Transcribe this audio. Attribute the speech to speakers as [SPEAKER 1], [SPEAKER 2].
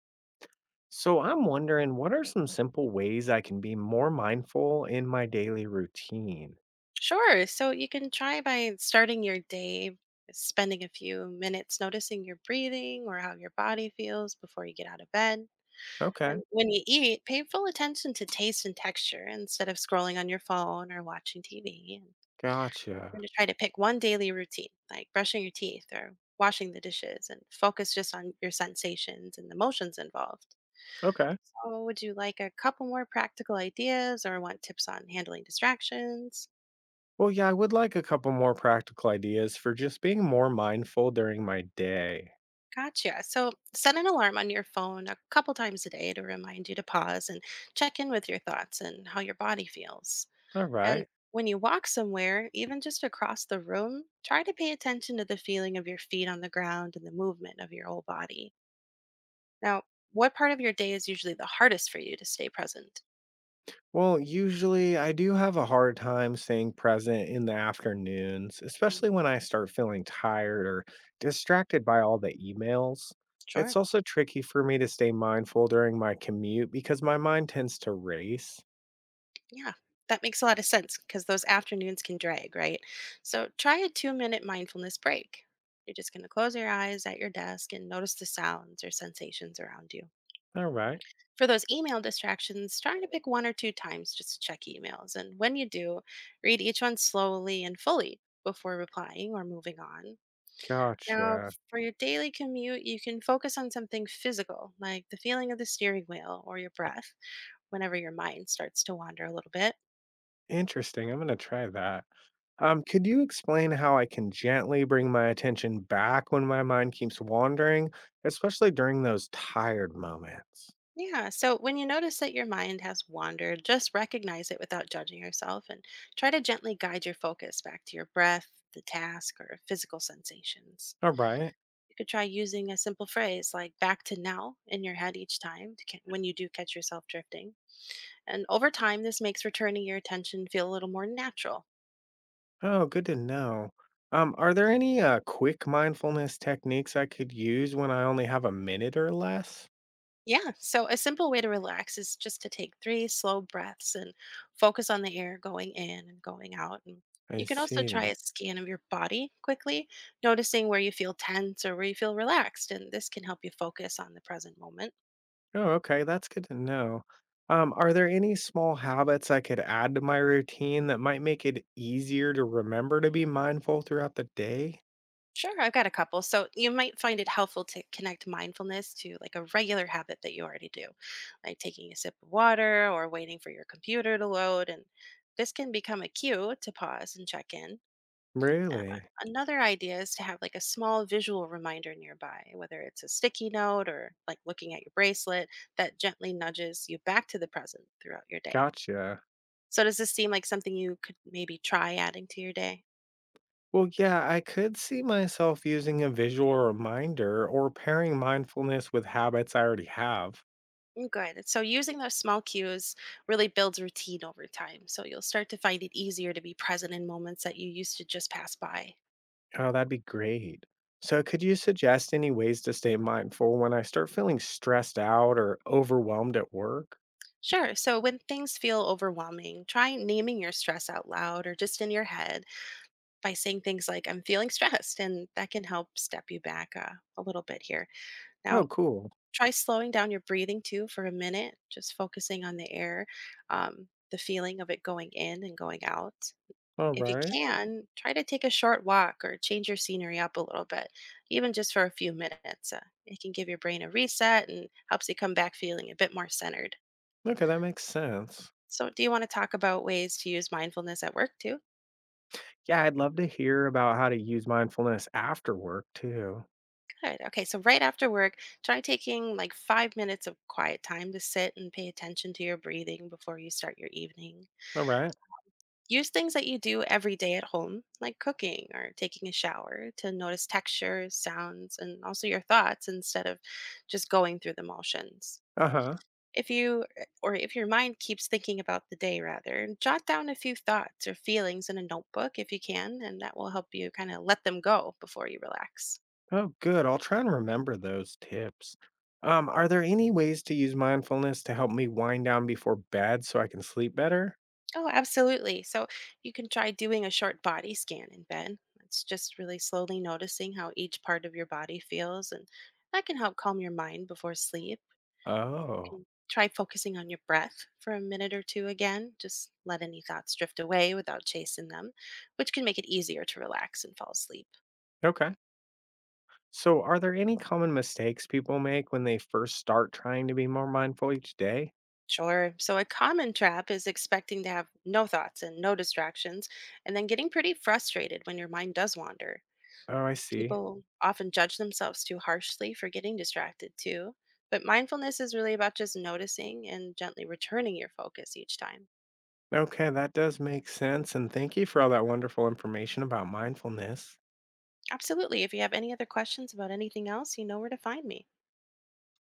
[SPEAKER 1] So I'm wondering, what are some simple ways I can be more mindful in my daily routine?
[SPEAKER 2] Sure. So you can try by starting your day, spending a few minutes noticing your breathing or how your body feels before you get out of bed.
[SPEAKER 1] Okay,
[SPEAKER 2] And when you eat, pay full attention to taste and texture instead of scrolling on your phone or watching TV. And you're going
[SPEAKER 1] gotcha.
[SPEAKER 2] to try to pick one daily routine, like brushing your teeth or washing the dishes, and focus just on your sensations and the emotions involved.
[SPEAKER 1] Okay.
[SPEAKER 2] So, would you like a couple more practical ideas or want tips on handling distractions?
[SPEAKER 1] Well, yeah, I would like a couple more practical ideas for just being more mindful during my day.
[SPEAKER 2] Gotcha. So set an alarm on your phone a couple times a day to remind you to pause and check in with your thoughts and how your body feels.
[SPEAKER 1] All
[SPEAKER 2] And
[SPEAKER 1] right.
[SPEAKER 2] when you walk somewhere, even just across the room, try to pay attention to the feeling of your feet on the ground and the movement of your whole body. Now, what part of your day is usually the hardest for you to stay present?
[SPEAKER 1] Well, usually I do have a hard time staying present in the afternoons,
[SPEAKER 2] Mm.
[SPEAKER 1] especially when I start feeling tired or distracted by all the emails. It's
[SPEAKER 2] Sure.
[SPEAKER 1] also tricky for me to stay mindful during my commute because my mind tends to race.
[SPEAKER 2] Yeah, that makes a lot of sense because those afternoons can drag, right? So try a 2 minute mindfulness break. You're just going to close your eyes at your desk and notice the sounds or sensations around you.
[SPEAKER 1] All right.
[SPEAKER 2] For those email distractions, try to pick one or two times just to check emails. And when you do, read each one slowly and fully before replying or moving on. Now,
[SPEAKER 1] Gotcha.
[SPEAKER 2] for your daily commute, you can focus on something physical, like the feeling of the steering wheel or your breath, whenever your mind starts to wander a little bit.
[SPEAKER 1] Interesting. I'm gonna try that. Could you explain how I can gently bring my attention back when my mind keeps wandering, especially during those tired moments?
[SPEAKER 2] Yeah. So when you notice that your mind has wandered, just recognize it without judging yourself and try to gently guide your focus back to your breath, the task, or physical sensations.
[SPEAKER 1] All right.
[SPEAKER 2] You could try using a simple phrase like back to now in your head each time when you do catch yourself drifting. And over time, this makes returning your attention feel a little more natural.
[SPEAKER 1] Oh, good to know. Are there any quick mindfulness techniques I could use when I only have a minute or less?
[SPEAKER 2] Yeah. So a simple way to relax is just to take three slow breaths and focus on the air going in and going out. And
[SPEAKER 1] I
[SPEAKER 2] you can also try
[SPEAKER 1] see.
[SPEAKER 2] a scan of your body quickly, noticing where you feel tense or where you feel relaxed. And this can help you focus on the present moment.
[SPEAKER 1] Oh, okay. That's good to know. Are there any small habits I could add to my routine that might make it easier to remember to be mindful throughout the day?
[SPEAKER 2] Sure, I've got a couple. So you might find it helpful to connect mindfulness to like a regular habit that you already do, like taking a sip of water or waiting for your computer to load. And this can become a cue to pause and check in. Um,
[SPEAKER 1] Really?
[SPEAKER 2] Another idea is to have like a small visual reminder nearby, whether it's a sticky note or like looking at your bracelet that gently nudges you back to the present throughout your day.
[SPEAKER 1] Gotcha.
[SPEAKER 2] So, does this seem like something you could maybe try adding to your day?
[SPEAKER 1] Well, yeah, I could see myself using a visual reminder or pairing mindfulness with habits I already have.
[SPEAKER 2] Mm. Good. So, using those small cues really builds routine over time. So, you'll start to find it easier to be present in moments that you used to just pass by.
[SPEAKER 1] Oh, that'd be great. So, could you suggest any ways to stay mindful when I start feeling stressed out or overwhelmed at work?
[SPEAKER 2] Sure. So, when things feel overwhelming, try naming your stress out loud or just in your head by saying things like, I'm feeling stressed, and that can help step you back a little bit here. Now,
[SPEAKER 1] Oh, cool.
[SPEAKER 2] try slowing down your breathing too for a minute, just focusing on the air, the feeling of it going in and going out.
[SPEAKER 1] All
[SPEAKER 2] If you
[SPEAKER 1] right.
[SPEAKER 2] can, try to take a short walk or change your scenery up a little bit, even just for a few minutes. It can give your brain a reset and helps you come back feeling a bit more centered.
[SPEAKER 1] Okay, that makes sense.
[SPEAKER 2] So, do you want to talk about ways to use mindfulness at work too?
[SPEAKER 1] Yeah, I'd love to hear about how to use mindfulness after work, too.
[SPEAKER 2] Good. Okay. So, right after work, try taking like 5 minutes of quiet time to sit and pay attention to your breathing before you start your evening.
[SPEAKER 1] All right.
[SPEAKER 2] Use things that you do every day at home, like cooking or taking a shower, to notice textures, sounds, and also your thoughts instead of just going through the motions.
[SPEAKER 1] Uh huh.
[SPEAKER 2] If you eh, or if your mind keeps thinking about the day, rather, jot down a few thoughts or feelings in a notebook if you can, and that will help you kind of let them go before you relax.
[SPEAKER 1] Oh, good. I'll try and remember those tips. Are there any ways to use mindfulness to help me wind down before bed so I can sleep better?
[SPEAKER 2] Oh, absolutely. So you can try doing a short body scan in bed. It's just really slowly noticing how each part of your body feels, and that can help calm your mind before sleep. You
[SPEAKER 1] Oh,
[SPEAKER 2] can try focusing on your breath for a minute or two again. Just let any thoughts drift away without chasing them, which can make it easier to relax and fall asleep.
[SPEAKER 1] okay. So, are there any common mistakes people make when they first start trying to be more mindful each day?
[SPEAKER 2] Sure. So, a common trap is expecting to have no thoughts and no distractions, and then getting pretty frustrated when your mind does wander.
[SPEAKER 1] Oh, I see.
[SPEAKER 2] People often judge themselves too harshly for getting distracted too, but mindfulness is really about just noticing and gently returning your focus each time.
[SPEAKER 1] Okay, that does make sense. And thank you for all that wonderful information about mindfulness.
[SPEAKER 2] Absolutely. If you have any other questions about anything else, you know where to find me.